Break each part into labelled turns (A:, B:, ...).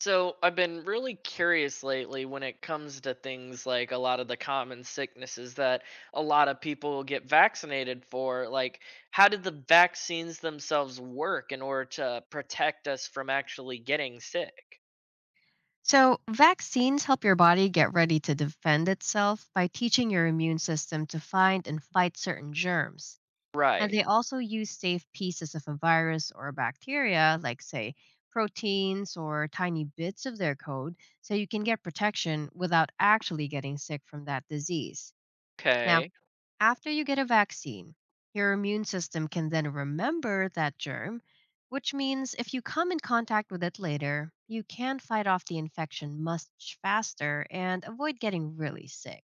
A: So I've been really curious lately when it comes to things like a lot of the common sicknesses that a lot of people get vaccinated for. Like, how did the vaccines themselves work in order to protect us from actually getting sick?
B: So, vaccines help your body get ready to defend itself by teaching your immune system to find and fight certain germs. And they
A: Right.
B: also use safe pieces of a virus or a bacteria, like, say, proteins or tiny bits of their code, so you can get protection without actually getting sick from that disease. Now,
A: Okay.
B: after you get a vaccine, your immune system can then remember that germ, which means if you come in contact with it later, you can fight off the infection much faster and avoid getting really sick.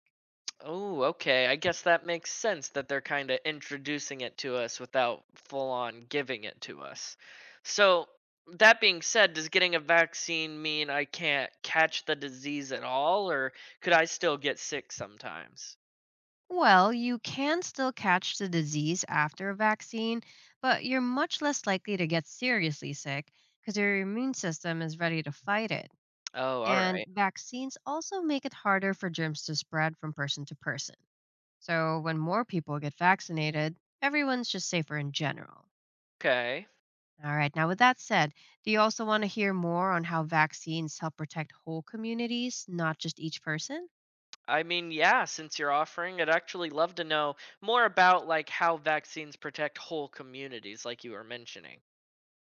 A: Oh, okay. I guess that makes sense that they're kind of introducing it to us without full on giving it to us. So, that being said, does getting a vaccine mean I can't catch the disease at all, or could I still get sick sometimes?
B: Well, you can still catch the disease after a vaccine, but you're much less likely to get seriously sick because your immune system is ready to fight it.
A: Oh, all
B: And
A: right.
B: vaccines also make it harder for germs to spread from person to person. So when more people get vaccinated, everyone's just safer in general.
A: Okay.
B: All right. Now, with that said, do you also want to hear more on how vaccines help protect whole communities, not just each person?
A: I mean, yeah, since you're offering, I'd actually love to know more about like how vaccines protect whole communities like you were mentioning.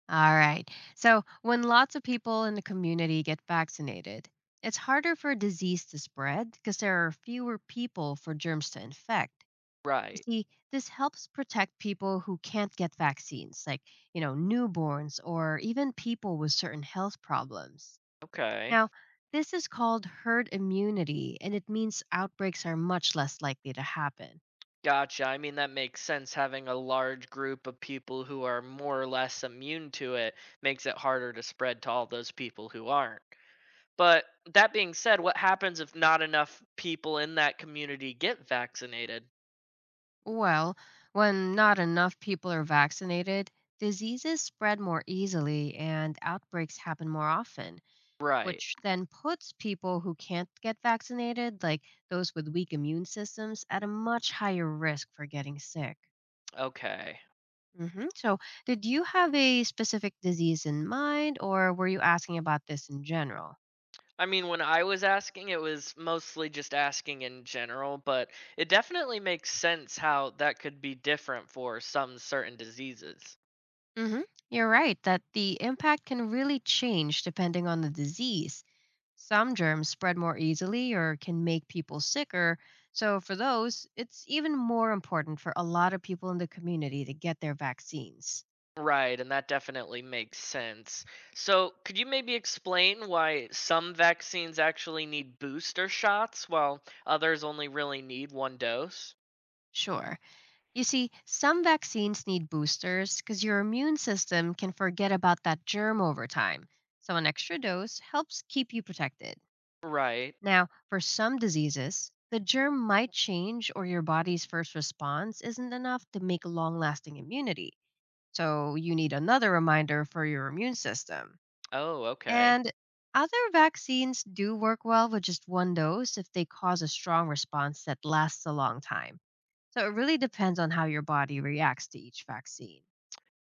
B: All right. So, when lots of people in the community get vaccinated, it's harder for a disease to spread because there are fewer people for germs to infect. You
A: Right.
B: see, this helps protect people who can't get vaccines, like, you know, newborns or even people with certain health problems.
A: Okay.
B: Now, this is called herd immunity, and it means outbreaks are much less likely to happen.
A: Gotcha. I mean, that makes sense. Having a large group of people who are more or less immune to it makes it harder to spread to all those people who aren't. But that being said, what happens if not enough people in that community get vaccinated?
B: Well, when not enough people are vaccinated, diseases spread more easily and outbreaks happen more often,
A: Right.
B: which then puts people who can't get vaccinated, like those with weak immune systems, at a much higher risk for getting sick.
A: Okay.
B: So, did you have a specific disease in mind, or were you asking about this in general?
A: I mean, when I was asking, it was mostly just asking in general, but it definitely makes sense how that could be different for some certain diseases.
B: hmm You're right that the impact can really change depending on the disease. Some germs spread more easily or can make people sicker. So, for those, it's even more important for a lot of people in the community to get their vaccines.
A: Right, and that definitely makes sense. So, could you maybe explain why some vaccines actually need booster shots while others only really need one dose?
B: Sure. You see, some vaccines need boosters because your immune system can forget about that germ over time. So, an extra dose helps keep you protected.
A: Right.
B: Now, for some diseases, the germ might change or your body's first response isn't enough to make long lasting immunity. So, you need another reminder for your immune system.
A: Oh, okay.
B: And other vaccines do work well with just one dose if they cause a strong response that lasts a long time. So, it really depends on how your body reacts to each vaccine.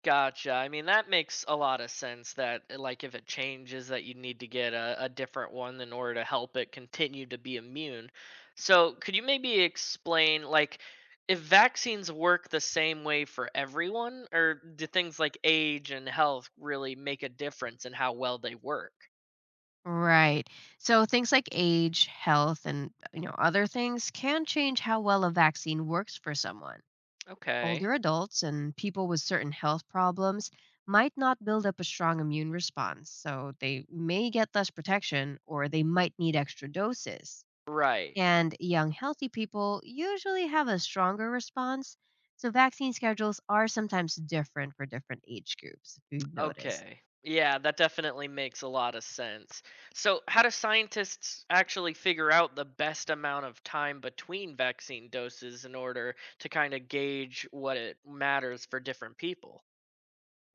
A: Gotcha. I mean, that makes a lot of sense that, like, if it changes, that you need to get a different one in order to help it continue to be immune. So, could you maybe explain, like, if vaccines work the same way for everyone, or do things like age and health really make a difference in how well they work?
B: Right. So things like age, health and you know other things can change how well a vaccine works for someone.
A: Okay.
B: Older adults and people with certain health problems might not build up a strong immune response, so they may get less protection or they might need extra doses.
A: Right.
B: And young, healthy people usually have a stronger response, so vaccine schedules are sometimes different for different age groups, if you've noticed.
A: Okay, yeah, that definitely makes a lot of sense. So, how do scientists actually figure out the best amount of time between vaccine doses in order to kind of gauge what it matters for different people?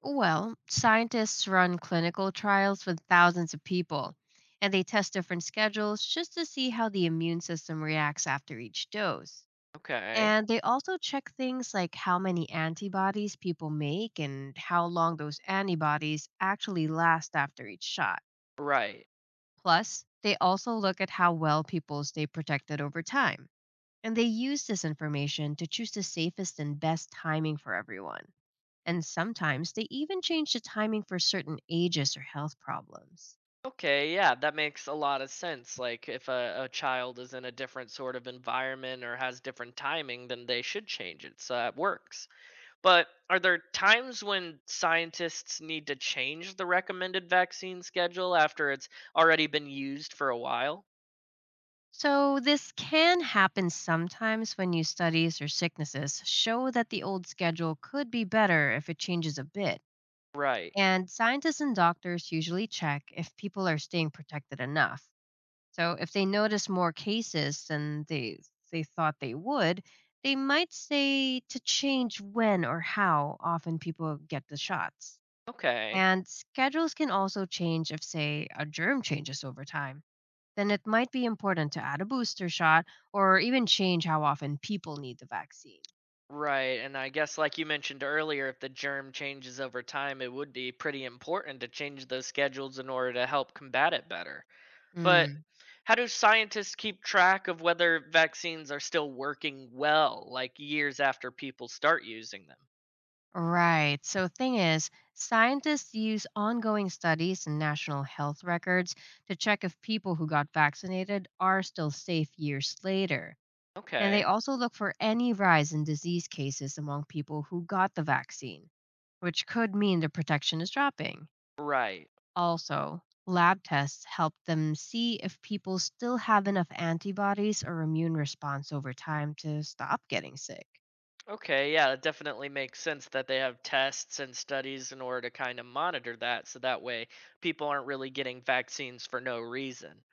B: Well, scientists run clinical trials with thousands of people, and they test different schedules just to see how the immune system reacts after each dose.
A: Okay.
B: And they also check things like how many antibodies people make and how long those antibodies actually last after each shot.
A: Right.
B: Plus, they also look at how well people stay protected over time. And they use this information to choose the safest and best timing for everyone. And sometimes they even change the timing for certain ages or health problems.
A: Okay, yeah, that makes a lot of sense. Like if a child is in a different sort of environment or has different timing, then they should change it. So that works. But are there times when scientists need to change the recommended vaccine schedule after it's already been used for a while?
B: So, this can happen sometimes when new studies or sicknesses show that the old schedule could be better if it changes a bit.
A: Right.
B: And scientists and doctors usually check if people are staying protected enough. So if they notice more cases than they thought they would, they might say to change when or how often people get the shots.
A: Okay.
B: And schedules can also change if say a germ changes over time. Then it might be important to add a booster shot or even change how often people need the vaccine.
A: Right. And I guess, like you mentioned earlier, if the germ changes over time, it would be pretty important to change those schedules in order to help combat it better. But how do scientists keep track of whether vaccines are still working well, like years after people start using them?
B: Right. So, thing is, scientists use ongoing studies and national health records to check if people who got vaccinated are still safe years later. And they
A: Okay.
B: also look for any rise in disease cases among people who got the vaccine, which could mean the protection is dropping.
A: Right.
B: Also, lab tests help them see if people still have enough antibodies or immune response over time to stop getting sick.
A: Okay, yeah, it definitely makes sense that they have tests and studies in order to kind of monitor that so that way people aren't really getting vaccines for no reason.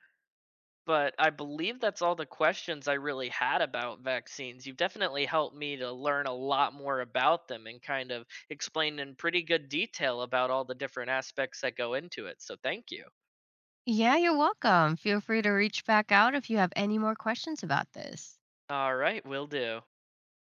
A: But I believe that's all the questions I really had about vaccines. You've definitely helped me to learn a lot more about them and kind of explain in pretty good detail about all the different aspects that go into it. So thank you.
B: Yeah, you're welcome. Feel free to reach back out if you have any more questions about this.
A: All right, will do.